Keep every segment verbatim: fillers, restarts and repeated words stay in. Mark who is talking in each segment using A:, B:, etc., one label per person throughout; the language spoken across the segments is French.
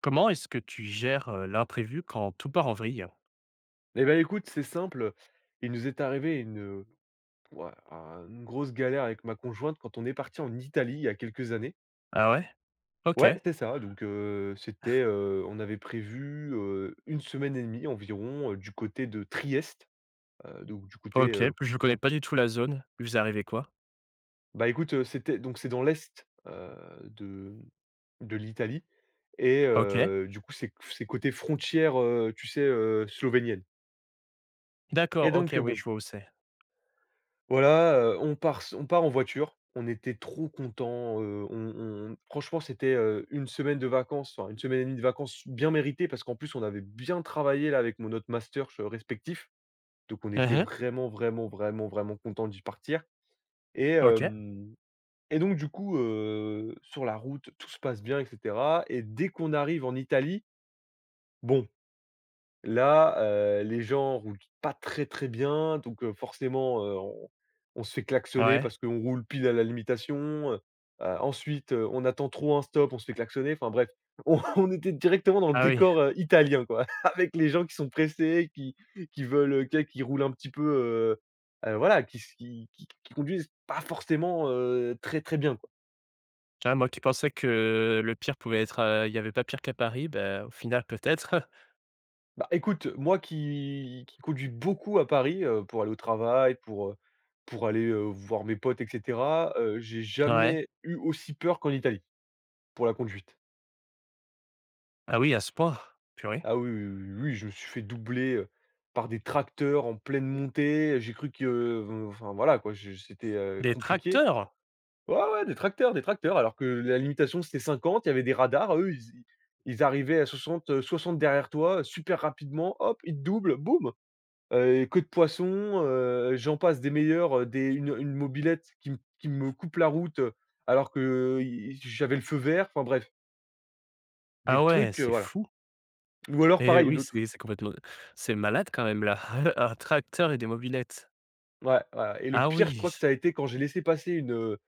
A: Comment est-ce que tu gères, heu, l'imprévu quand tout part en vrille?
B: Eh ben écoute, c'est simple, il nous est arrivé une, ouah, un une grosse galère avec ma conjointe quand on est parti en Italie il y a quelques années.
A: Ah ouais? OK,
B: Ouais, c'est ça, donc heu, c'était, heu, on avait prévu, heu, une semaine et demie environ, heu, du côté de Trieste, heu, donc du côté,
A: OK,
B: heu,
A: je connais
B: fron
A: pas du tout la zone. Vous arrivez quoi?
B: bah, écoute, heu, c'était donc c'est dans l'est, heu, de de l'Italie. Et
A: OK.
B: heu, du coup, c'est c'est côté frontière, heu, tu sais, heu, slovénienne et
A: D'accord, OK,
B: donc heu,
A: oui,
B: bon,
A: je vois où c'est.
B: voilà, heu, on part s on part en voiture, on était trop contents, heu, on on franchement, c'était, heu, une semaine de vacances, enfin une semaine et demie de vacances bien méritées parce qu'en plus, on avait bien travaillé là avec mon notre master ch respectif, donc on était
A: Mmh.
B: vraiment, vraiment, vraiment, vraiment contents d'y partir et
A: OK.
B: hem et donc du coup, heu, sur la route, tout se passe bien et cetera. Et dès qu'on arrive en Italie, bon, là, heu, les gens roulent pas très, très bien, donc heu, forcément, heu, on on se fait klaxonner
A: Ouais.
B: parce qu'on roule pile à la limitation, heu. Heu, ensuite, heu, on attend trop un stop, on se fait klaxonner, enfin bref, on on était directement dans le
A: Ah oui.
B: décor, heu, italien quoi, avec les gens qui sont pressés, qui qui veulent, heu, tu qui roulent un petit peu, heu heu, voilà, qui s qui qui qui conduisent pas forcément, heu, très, très bien. quoi.
A: Ah moi qui pensais que le pire pouvait être, heu, il n'y avait pas pire qu'à Paris, bah, au final peut-être.
B: Bah, écoute, moi qui qui conduis beaucoup à Paris, heu, pour aller au travail, pour, heu, pour aller, heu, voir mes potes et cetera, heu, j'ai
A: Ouais.
B: jamais eu aussi peur qu'en Italie, pour la conduite.
A: Ah oui, à ce point? Purée.
B: Ah oui, oui, oui, oui, je me suis fait doubler, heu, par des tracteurs en pleine montée, j'ai cru que, heu, enfin voilà quoi, je c'était, heu,
A: Des
B: compliqué.
A: tracteurs?
B: Ouais, ouais, des tracteurs, des tracteurs, alors que la limitation c'était cinquante, il y avait des radars, eux ils ils arrivaient à soixante, heu, soixante derrière toi, super rapidement, hop, ils te doublent, boum! Heu, queue de poisson, heu, j'en passe des meilleurs, heu, des une une mobilette qui m qui me coupe la route, heu, alors que i j'avais le feu vert, enfin bref,
A: Ah
B: des
A: ouais,
B: trucs, heu,
A: c'est
B: voilà.
A: fou.
B: Ou alors
A: et
B: pareil,
A: oui,
B: une autre,
A: c'est c'est complètement, c'est malade quand même là. Un tracteur et des mobylettes.
B: ouais, voilà. Et le
A: Ah
B: pire, je
A: oui.
B: crois que ça a été quand j'ai laissé passer une, heu,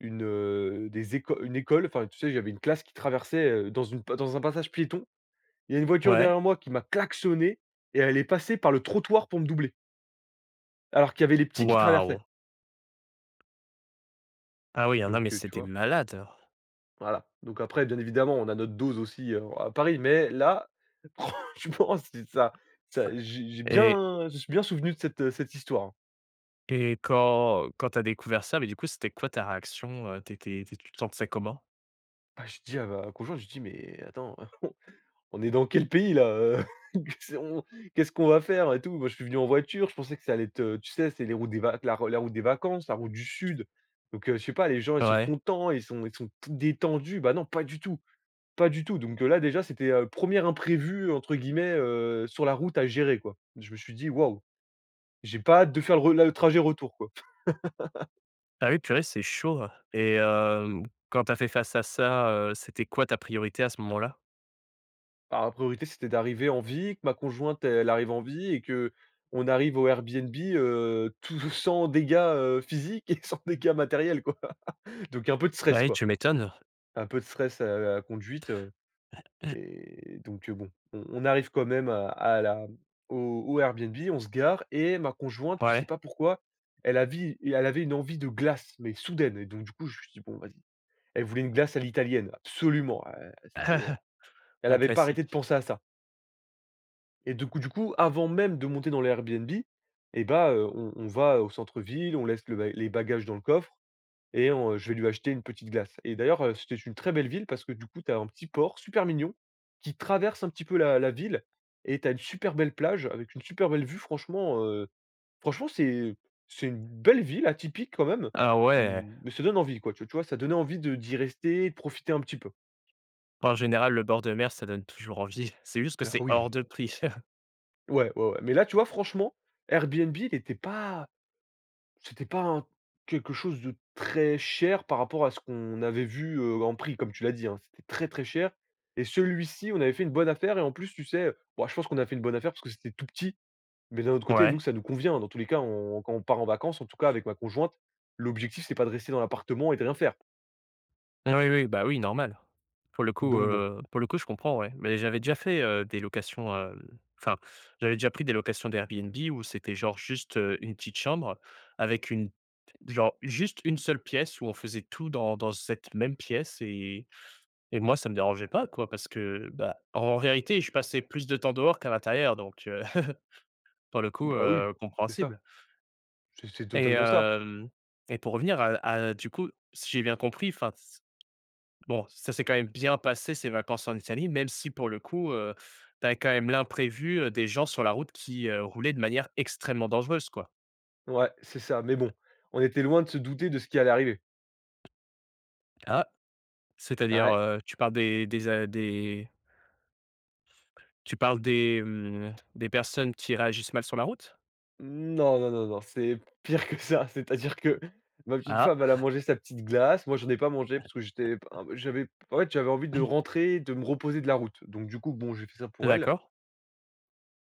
B: une, heu, des éco une école, enfin tu sais, j'avais une classe qui traversait, heu, dans une pa dans un passage piéton. Il y a une voiture
A: Ouais.
B: derrière moi qui m'a klaxonné et elle est passée par le trottoir pour me doubler, alors qu'il y avait les petits qui traversaient.
A: Waouh! Ah oui, ah non, mais
B: Donc, heu, tu
A: c'était
B: vois?
A: malade.
B: Voilà, donc après, bien évidemment, on a notre dose aussi, heu, à Paris, mais là, franchement, c'est ça ça j'ai j'ai
A: et
B: bien je me suis bien souvenu de cette, heu, cette histoire, hein.
A: et quand quand t'as découvert ça, mais du coup, c'était quoi ta réaction, heu? T'étais étais tu tu te sentais comment?
B: Ah, j'ai à ma conjointe, je dis: «Mais attends, on est dans quel pays là, heu? Qu'est-ce on qu'est-ce qu'on va faire et tout?» Moi, je suis venu en voiture, je pensais que ça allait être, heu, tu sais, c'est les routes des vac la la route des vacances, la route du sud, donc heu, je sais pas, les gens, ils sont
A: Ouais.
B: contents, ils sont ils sont détendus, bah non, pas du tout. Pas du tout, donc heu, là déjà c'était, heu, un «imprévu» entre guillemets, heu, sur la route à gérer quoi. Je me suis dit: «Waouh, j'ai pas hâte de faire le re le trajet retour quoi».
A: Ah oui, purée, c'est chaud, hein. Et hem, quand t'as fait face à ça, heu, c'était quoi ta priorité à ce moment-là?
B: Alors la priorité c'était d'arriver en vie, que ma conjointe elle arrive en vie et que on arrive au Airbnb, heu, tout sans dégâts, heu, physiques et sans dégâts matériels quoi. Donc un peu de
A: Ah
B: stress
A: oui,
B: quoi,
A: tu m'étonnes.
B: un peu de stress à la conduite. Et donc, heu, bon, on on arrive quand même à à la au au Airbnb, on se gare et ma conjointe, je sais
A: Ouais.
B: pas pourquoi, elle a et elle avait une envie de glace, mais soudaine, et donc du coup, je me suis dit: «Bon, vas-y». Elle voulait une glace à l'italienne, absolument, heu, c'était, elle
A: Un
B: avait pas arrêté de
A: classique.
B: penser à ça. Et du coup du coup, avant même de monter dans l'Airbnb, Airbnb et bah, on on va au centre-ville, on laisse le ba les bagages dans le coffre et on, je vais lui acheter une petite glace. Et d'ailleurs, heu, c'était une très belle ville parce que du coup, tu as un petit port super mignon qui traverse un petit peu la la ville et tu as une super belle plage avec une super belle vue, franchement, heu, franchement c'est c'est une belle ville atypique quand même.
A: Ah
B: Mmh.
A: ouais.
B: mmh, mais ça donne envie quoi, tu tu vois? Ça donnait envie de d'y rester, de profiter un petit peu.
A: En général, le bord de mer, ça donne toujours envie. C'est juste que
B: Ah
A: c'est
B: oui!
A: hors de prix.
B: Ouais, ouais, ouais, mais là, tu vois? Franchement, Airbnb il était pas C'était pas un quelque chose de très cher par rapport à ce qu'on avait vu, heu, en prix, comme tu l'as dit, hein. C'était très, très cher et celui-ci, on avait fait une bonne affaire. Et en plus, tu sais, bon, je pense qu'on a fait une bonne affaire parce que c'était tout petit, mais d'un autre côté, nous,
A: Ouais.
B: ça nous convient. Dans tous les cas, on quand on part en vacances, en tout cas avec ma conjointe, l'objectif, c'est pas de rester dans l'appartement et de rien faire.
A: Oui, oui, bah oui, normal. Pour le coup,
B: Donc bon,
A: heu, pour le coup, je comprends, ouais. Mais j'avais déjà fait, heu, des locations, hem, enfin, j'avais déjà pris des locations d'Airbnb où c'était genre juste, heu, une petite chambre avec une, genre juste une seule pièce où on faisait tout dans dans cette même pièce. et et moi, ça me dérangeait pas, quoi, parce que, bah, en réalité, je passais plus de temps dehors qu'à l'intérieur, donc heu, pour le coup,
B: bah, oui,
A: heu,
B: c'est ça,
A: compréhensible.
B: c'est c'est
A: Et
B: totalement ça.
A: hem, et pour revenir à à du coup, si j'ai bien compris, enfin, bon, ça s'est quand même bien passé ces vacances en Italie, même si pour le coup, heu, tu quand même l'imprévu, heu, des gens sur la route qui, heu, roulaient de manière extrêmement dangereuse, quoi.
B: Ouais, c'est ça, mais bon, on était loin de se douter de ce qui allait arriver.
A: Ah! C'est-à-dire,
B: Ouais.
A: heu, tu parles des des a des tu parles des, mmh, des personnes qui réagissent mal sur la route?
B: Non, non, non, non, c'est pire que ça. C'est-à-dire que ma petite
A: Ah!
B: femme, elle a mangé sa petite glace. Moi, j'en ai pas mangé parce que j'étais p un j'avais en fait, j'avais envie de rentrer, de me reposer de la route. Donc du coup, bon, j'ai fait ça pour elle.
A: D'accord,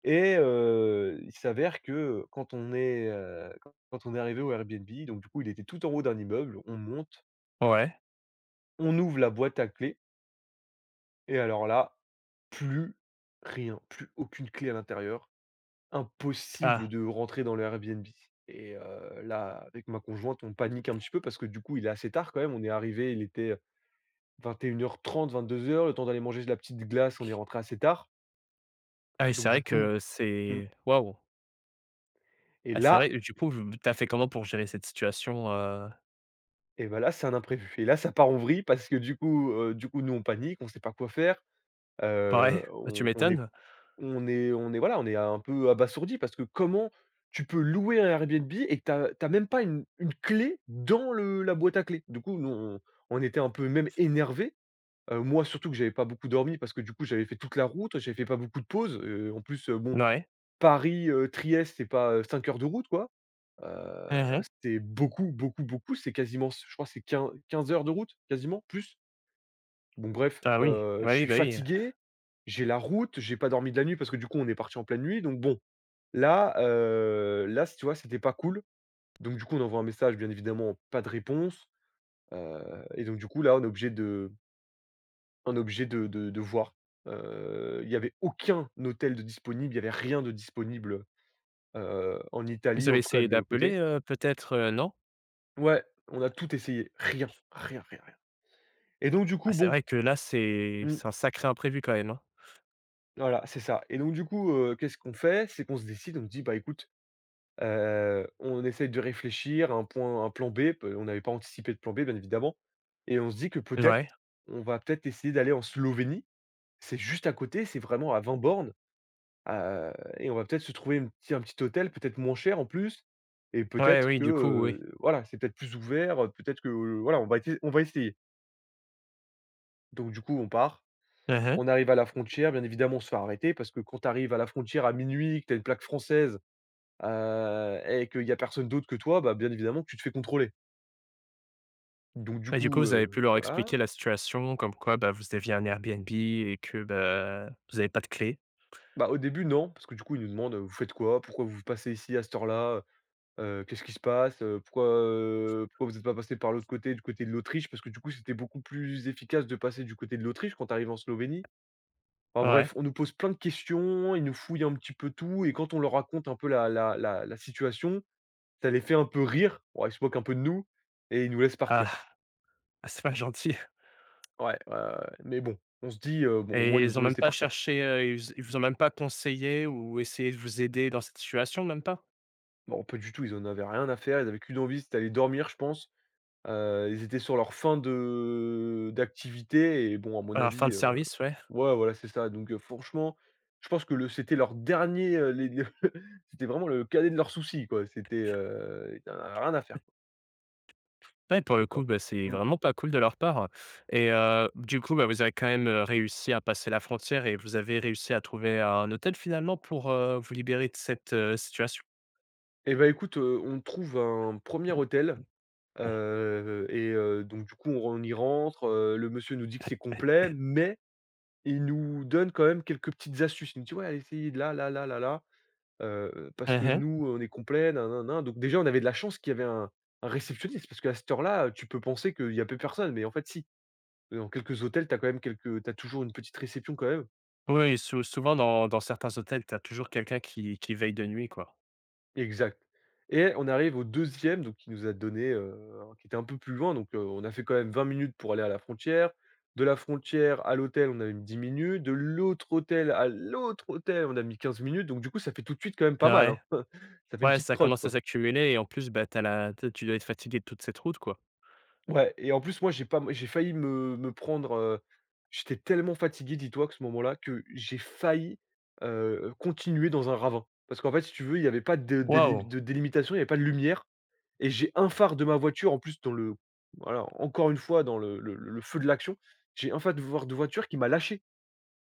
B: Et heu, il s'avère que quand on est, heu, quand quand on est arrivé au Airbnb, donc du coup, il était tout en haut d'un immeuble. On monte,
A: ouais.
B: on ouvre la boîte à clés et alors là, plus rien, plus aucune clé à l'intérieur. Impossible
A: Ah!
B: de rentrer dans le Airbnb. Et heu, là, avec ma conjointe, on panique un petit peu parce que du coup, il est assez tard quand même. On est arrivé, il était vingt et une heures trente, vingt deux heures. Le temps d'aller manger de la petite glace, on est rentré assez tard.
A: Ah oui, c'est
B: Donc du
A: vrai
B: coup,
A: que
B: mmh
A: c'est waouh!
B: et
A: Ah, c'est vrai,
B: là,
A: du coup, v tu as fait comment pour gérer cette situation, heu?
B: et ben là, c'est un imprévu. Et là, ça part en vrille parce que du coup, heu, du coup, nous, on panique, on sait pas quoi faire, heu,
A: Ouais, bah, tu
B: on on
A: m'étonnes.
B: on est, on est, voilà, on est un peu abasourdi parce que comment tu peux louer un Airbnb et que tu as même pas une une clé dans le la boîte à clés? Du coup, nous, on on était un peu même énervés, heu, moi surtout que j'avais pas beaucoup dormi parce que du coup, j'avais fait toute la route, j'avais fait pas beaucoup de pauses, heu, en plus, heu, bon,
A: Ouais.
B: Paris, heu, Trieste, c'est pas, heu, cinq heures de route quoi, heu,
A: Mmh.
B: c'était beaucoup, beaucoup, beaucoup, c'est quasiment, je crois que c'est quinze 15 heures de route, quasiment, plus. Bon bref,
A: Ah oui,
B: heu,
A: bah
B: je
A: oui,
B: suis
A: bah oui.
B: fatigué, j'ai la route, j'ai pas dormi de la nuit parce que du coup on est parti en pleine nuit, donc bon, là, heu, là c tu vois, c'était pas cool. Donc du coup, on envoie un message, bien évidemment, pas de réponse. Heu et donc du coup, là, on est obligé de on est obligé de de de voir. Heu, il y n'y avait aucun hôtel de disponible, il y avait rien de disponible, heu, en
A: Vous
B: Italie
A: avez
B: en tout cas
A: essayé
B: de le
A: d'appeler,
B: côté.
A: heu, peut-être, heu, non?
B: Ouais, on a tout essayé, rien, rien, rien, rien. Et donc du
A: Ah,
B: coup
A: c'est
B: bon,
A: vrai que là, c'est
B: mmh,
A: c'est un sacré imprévu quand même, hein?
B: voilà c'est ça. Et donc du coup, heu, qu'est-ce qu'on fait? C'est qu'on se décide, on se dit: «Bah écoute». Heu, on essaye de réfléchir à un point un plan B, pe on n'avait pas anticipé de plan B, bien évidemment. Et on se dit que peut-être,
A: Ouais.
B: on va peut-être essayer d'aller en Slovénie. C'est juste à côté, c'est vraiment à vingt bornes, heu et on va peut-être se trouver une petit un petit hôtel, peut-être moins cher en plus. Et
A: Ouais,
B: peut-être
A: oui,
B: que,
A: du coup, oui.
B: heu, voilà, c'est peut-être plus ouvert, heu, peut-être que, euh, voilà, on va essayer on va essayer. Donc du coup, on part,
A: Mmh mh.
B: on arrive à la frontière, bien évidemment, on se fait arrêter parce que quand tu arrives à la frontière à minuit, que tu as une plaque française, heu et qu'il y a personne d'autre que toi, bah, bien évidemment que tu te fais contrôler. Donc du
A: Et du coup,
B: coup,
A: vous avez pu
B: heu,
A: leur
B: voilà.
A: expliquer la situation comme quoi, bah, vous aviez un Airbnb et que, bah, vous avez pas de clé?
B: Bah, au début, non, parce que du coup, ils nous demandent: «Vous faites quoi? Pourquoi vous passez ici à cette heure-là? Heu, qu'est-ce qui se passe? Heu, pourquoi, heu, pourquoi vous n'êtes pas passé par l'autre côté, du côté de l'Autriche?» Parce que du coup, c'était beaucoup plus efficace de passer du côté de l'Autriche quand tu arrives en Slovénie. Enfin bref,
A: Ouais.
B: on nous pose plein de questions, ils nous fouillent un petit peu tout et quand on leur raconte un peu la la la la situation, ça les fait un peu rire. Bon, ils se moquent un peu de nous et ils nous laissent partir.
A: Ah, c'est pas gentil.
B: Ouais, ouais, ouais, ouais, mais bon, on se dit: «Heu, bon, au moins,
A: Et
B: ils
A: ils
B: nous
A: ont
B: ont
A: même
B: laissé
A: pas
B: partir».
A: cherché, heu, ils ils vous ont même pas conseillé ou essayé de vous aider dans cette situation, même pas?
B: Non, pas du tout, ils en avaient rien à faire, ils avaient qu'une envie, c'était aller dormir, je pense. Heu, ils étaient sur leur fin de d'activité et bon, à mon
A: Un fin
B: avis,
A: de
B: heu,
A: service, ouais.
B: ouais, voilà, c'est ça. Donc, heu, franchement, je pense que le c'était leur dernier, heu, les le c'était vraiment le cadet de leurs soucis, quoi. C'était, heu, ils en avaient rien à faire, quoi,
A: Ouais, pour le
B: le
A: coup,
B: camp.
A: bah, c'est
B: Mmh.
A: vraiment pas cool de leur part. Et heu, du coup, bah, vous avez quand même, heu, réussi à passer la frontière et vous avez réussi à trouver un hôtel finalement pour, heu, vous libérer de cette, heu, situation?
B: Et ben écoute, heu, on trouve un premier hôtel, heu et heu, donc du coup, on on y rentre, heu, le monsieur nous dit que c'est complet, mais il nous donne quand même quelques petites astuces. Il nous dit: «Ouais, allez, essayez de là, là, là, là, là». Heu, parce que
A: Mmh.
B: nous, on est complet, nin-nin-nin. Donc déjà, on avait de la chance qu'il y avait un un réceptionniste parce qu'à cette heure-là, tu peux penser qu'il y a plus personne, mais en fait si. Dans quelques hôtels, tu as quand même quelques t'as toujours une petite réception quand même.
A: Oui, sou souvent dans dans certains hôtels, tu as toujours quelqu'un qui qui veille de nuit, quoi.
B: Exact. Et on arrive au deuxième donc qui nous a donné, heu, qui était un peu plus loin, donc heu, on a fait quand même vingt minutes pour aller à la frontière. De la frontière à l'hôtel, on a mis dix minutes. De l'autre hôtel à l'autre hôtel, on a mis quinze minutes. Donc du coup, ça fait tout de suite quand même pas mal,
A: Ouais,
B: hein. Ça fait une
A: ouais,
B: petite
A: ça
B: trotte,
A: commence à
B: quoi.
A: s'accumuler et en plus, bah, t'as la tu tu dois être fatigué de toute cette route, quoi.
B: Ouais, et en plus, moi, j'ai pas j'ai failli me me prendre, heu, j'étais tellement fatigué dis-toi que ce moment-là que j'ai failli, heu, continuer dans un ravin. Parce qu'en fait, si tu veux, il y avait pas de délim
A: Waouh!
B: de délimitation, il y avait pas de lumière et j'ai un phare de ma voiture en plus dans le voilà, encore une fois dans le le le feu de l'action, j'ai un phare de voir de voiture qui m'a lâché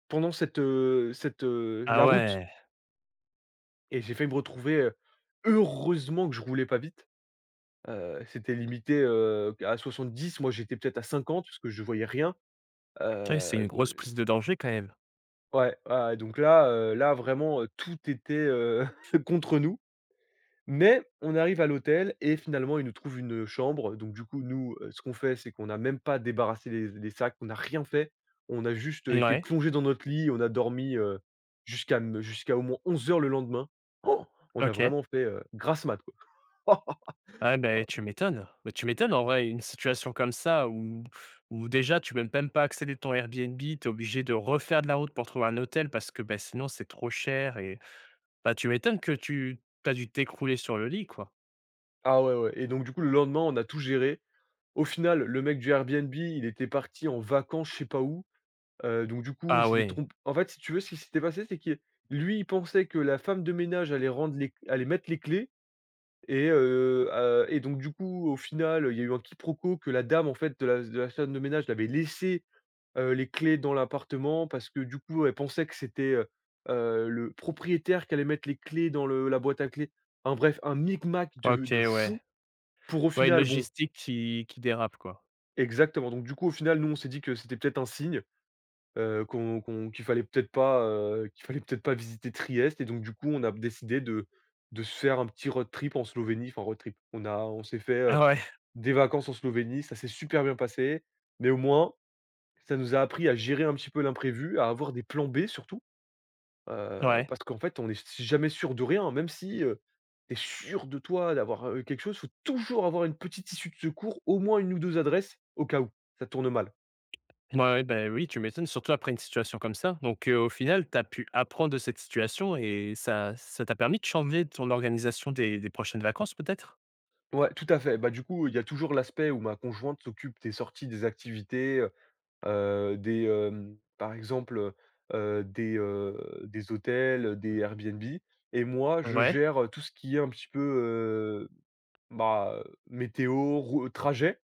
B: pendant cette, heu cette, heu
A: Ah
B: la route.
A: ouais,
B: Et j'ai failli me retrouver, heu, heureusement que je roulais pas vite, heu, c'était limité, heu, à soixante-dix, moi j'étais peut-être à cinquante parce que je voyais rien.
A: purée, c'est une
B: Heu,
A: grosse prise
B: de
A: de danger quand même.
B: Ouais, ouais, donc là, heu, là vraiment, heu, tout était, heu, contre nous. Mais on arrive à l'hôtel et finalement, ils nous trouvent une chambre. Donc du coup, nous, heu, ce qu'on fait, c'est qu'on n'a même pas débarrassé les les sacs, on n'a rien fait. On a juste, heu, été
A: Ouais.
B: plongés dans notre lit, on a dormi, heu, jusqu'à m jusqu'à au moins onze heures le lendemain. Oh, on a
A: OK.
B: vraiment fait, heu, grasse mat, quoi.
A: Ah ben tu m'étonnes. Bah, tu m'étonnes en vrai, une situation comme ça où où déjà tu peux même pas accéder de ton Airbnb, tu es obligé de refaire de la route pour trouver un hôtel parce que, ben sinon c'est trop cher. Et bah, tu m'étonnes que tu tu as dû t'écrouler sur le lit, quoi.
B: Ah ouais, ouais, et donc du coup, le lendemain, on a tout géré. Au final, le mec du Airbnb, il était parti en vacances je sais pas où. Heu, donc du coup, il
A: Ah
B: s'était
A: ouais,
B: trompé. En fait, si tu veux, ce qui s'était passé, c'est que lui, il pensait que la femme de ménage allait rendre les allait mettre les clés, et heu heu et donc du coup, au final, il y a eu un quiproquo que la dame, en fait, de la de la femme de ménage l'avait laissé, heu, les clés dans l'appartement parce que du coup, elle pensait que c'était, heu heu, le propriétaire qui allait mettre les clés dans le la boîte à clés. Enfin bref, un micmac de
A: OK,
B: de fou
A: ouais.
B: pour au
A: Ouais, une
B: final bon,
A: logistique qui qui dérape, quoi.
B: exactement. Donc du coup, au final, nous, on s'est dit que c'était peut-être un signe. Heu, qu'on qu'on qu'il fallait peut-être pas, heu, qu'il fallait peut-être pas visiter Trieste, et donc du coup, on a décidé de de se faire un petit road trip en Slovénie, enfin road trip. On a on s'est fait,
A: Ah
B: heu,
A: ouais,
B: des vacances en Slovénie, ça s'est super bien passé, mais au moins, ça nous a appris à gérer un petit peu l'imprévu, à avoir des plans B surtout, heu,
A: ouais.
B: parce qu'en fait, on est si jamais sûr de rien, même si, heu, tu sûr de toi, d'avoir, heu, quelque chose, faut toujours avoir une petite issue de secours, au moins une ou deux adresses au cas où ça tourne mal.
A: Ouais, ouais, bah, oui, tu m'étonnes, surtout après une situation comme ça. Donc heu, au final, tu as pu apprendre de cette situation et ça ça t'a permis de changer ton organisation des des prochaines vacances peut-être?
B: Ouais, tout à fait. Bah, du coup, il y a toujours l'aspect où ma conjointe s'occupe des sorties, des activités, heu des, hem, par exemple, heu des, heu, des hôtels, des Airbnb, et moi, je
A: Ouais.
B: gère tout ce qui est un petit peu, heu, bah, météo, rou trajet,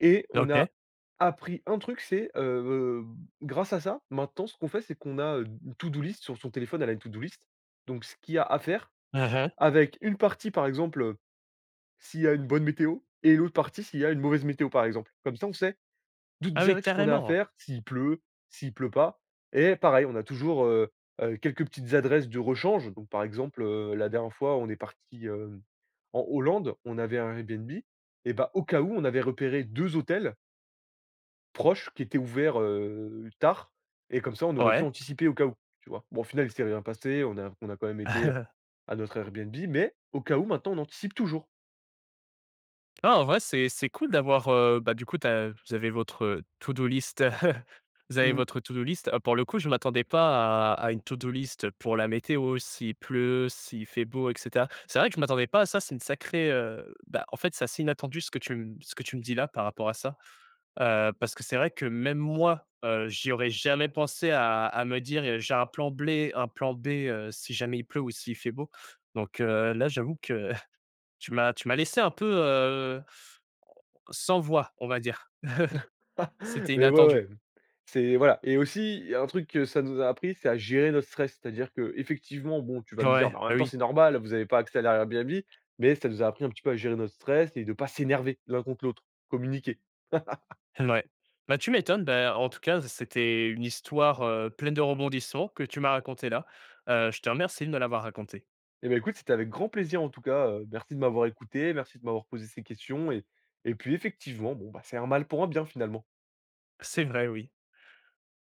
B: et on a
A: OK.
B: appris un truc, c'est, heu, grâce à ça, maintenant, ce qu'on fait, c'est qu'on a, heu, une to do list sur son téléphone, elle a une to do list, donc ce qu'il y a à faire
A: Mmh mh.
B: avec une partie, par exemple, s'il y a une bonne météo, et l'autre partie s'il y a une mauvaise météo, par exemple. Comme ça, on sait d'où
A: Ah oui,
B: direct ce qu'on a à
A: carrément!
B: faire, s'il pleut, s'il pleut pas, et pareil, on a toujours, heu heu, quelques petites adresses de rechange. Donc par exemple, heu, la dernière fois, on est parti, hem, en Hollande, on avait un Airbnb, et bah, au cas où, on avait repéré deux hôtels proches qui étaient ouverts, heu, tard, et comme ça, on aurait pu
A: Ouais.
B: anticiper au cas où, tu vois? Bon, au final, il s'est rien passé, on a on a quand même été à notre Airbnb, mais au cas où, maintenant, on anticipe toujours.
A: Non, en vrai, c'est c'est cool d'avoir, heu, bah, du coup, tu as vous avez votre, heu, to-do list. Vous avez
B: Mmh.
A: votre to-do list. Ah, pour le coup, je m'attendais pas à à une to-do list pour la météo, s'il pleut, s'il fait beau et cetera. C'est vrai que je m'attendais pas à ça, c'est une sacrée, heu, bah, en fait, c'est assez inattendu ce que tu m ce que tu me dis là, par rapport à ça. Heu, parce que c'est vrai que même moi, heu, j'y aurais jamais pensé à à me dire, heu: «J'ai un plan B, un plan B, heu, si jamais il pleut ou s'il fait beau». Donc heu, là, j'avoue que tu m'as tu m'as laissé un peu, heu, sans voix, on va dire. C'était
B: Mais ouais,
A: inattendu.
B: ouais. C'est voilà, et aussi, il y a un truc que ça nous a appris, c'est à gérer notre stress. C'est-à-dire que effectivement bon, tu vas me dire:
A: Ouais,
B: «Mais en
A: bah,
B: même temps,
A: oui,
B: c'est normal, vous n'avez pas accès à l'Airbnb», mais ça nous a appris un petit peu à gérer notre stress et de pas s'énerver l'un contre l'autre, communiquer.
A: ouais. Bah, tu m'étonnes, bah, en tout cas, c'était une histoire, heu, pleine de rebondissements que tu m'as racontée là. Heu, je te remercie de me l'avoir racontée.
B: Et ben, écoute, c'était avec grand plaisir en tout cas, heu, merci de m'avoir écouté, merci de m'avoir posé ces questions, et et puis effectivement, bon, bah, c'est un mal pour un bien finalement.
A: C'est vrai, oui.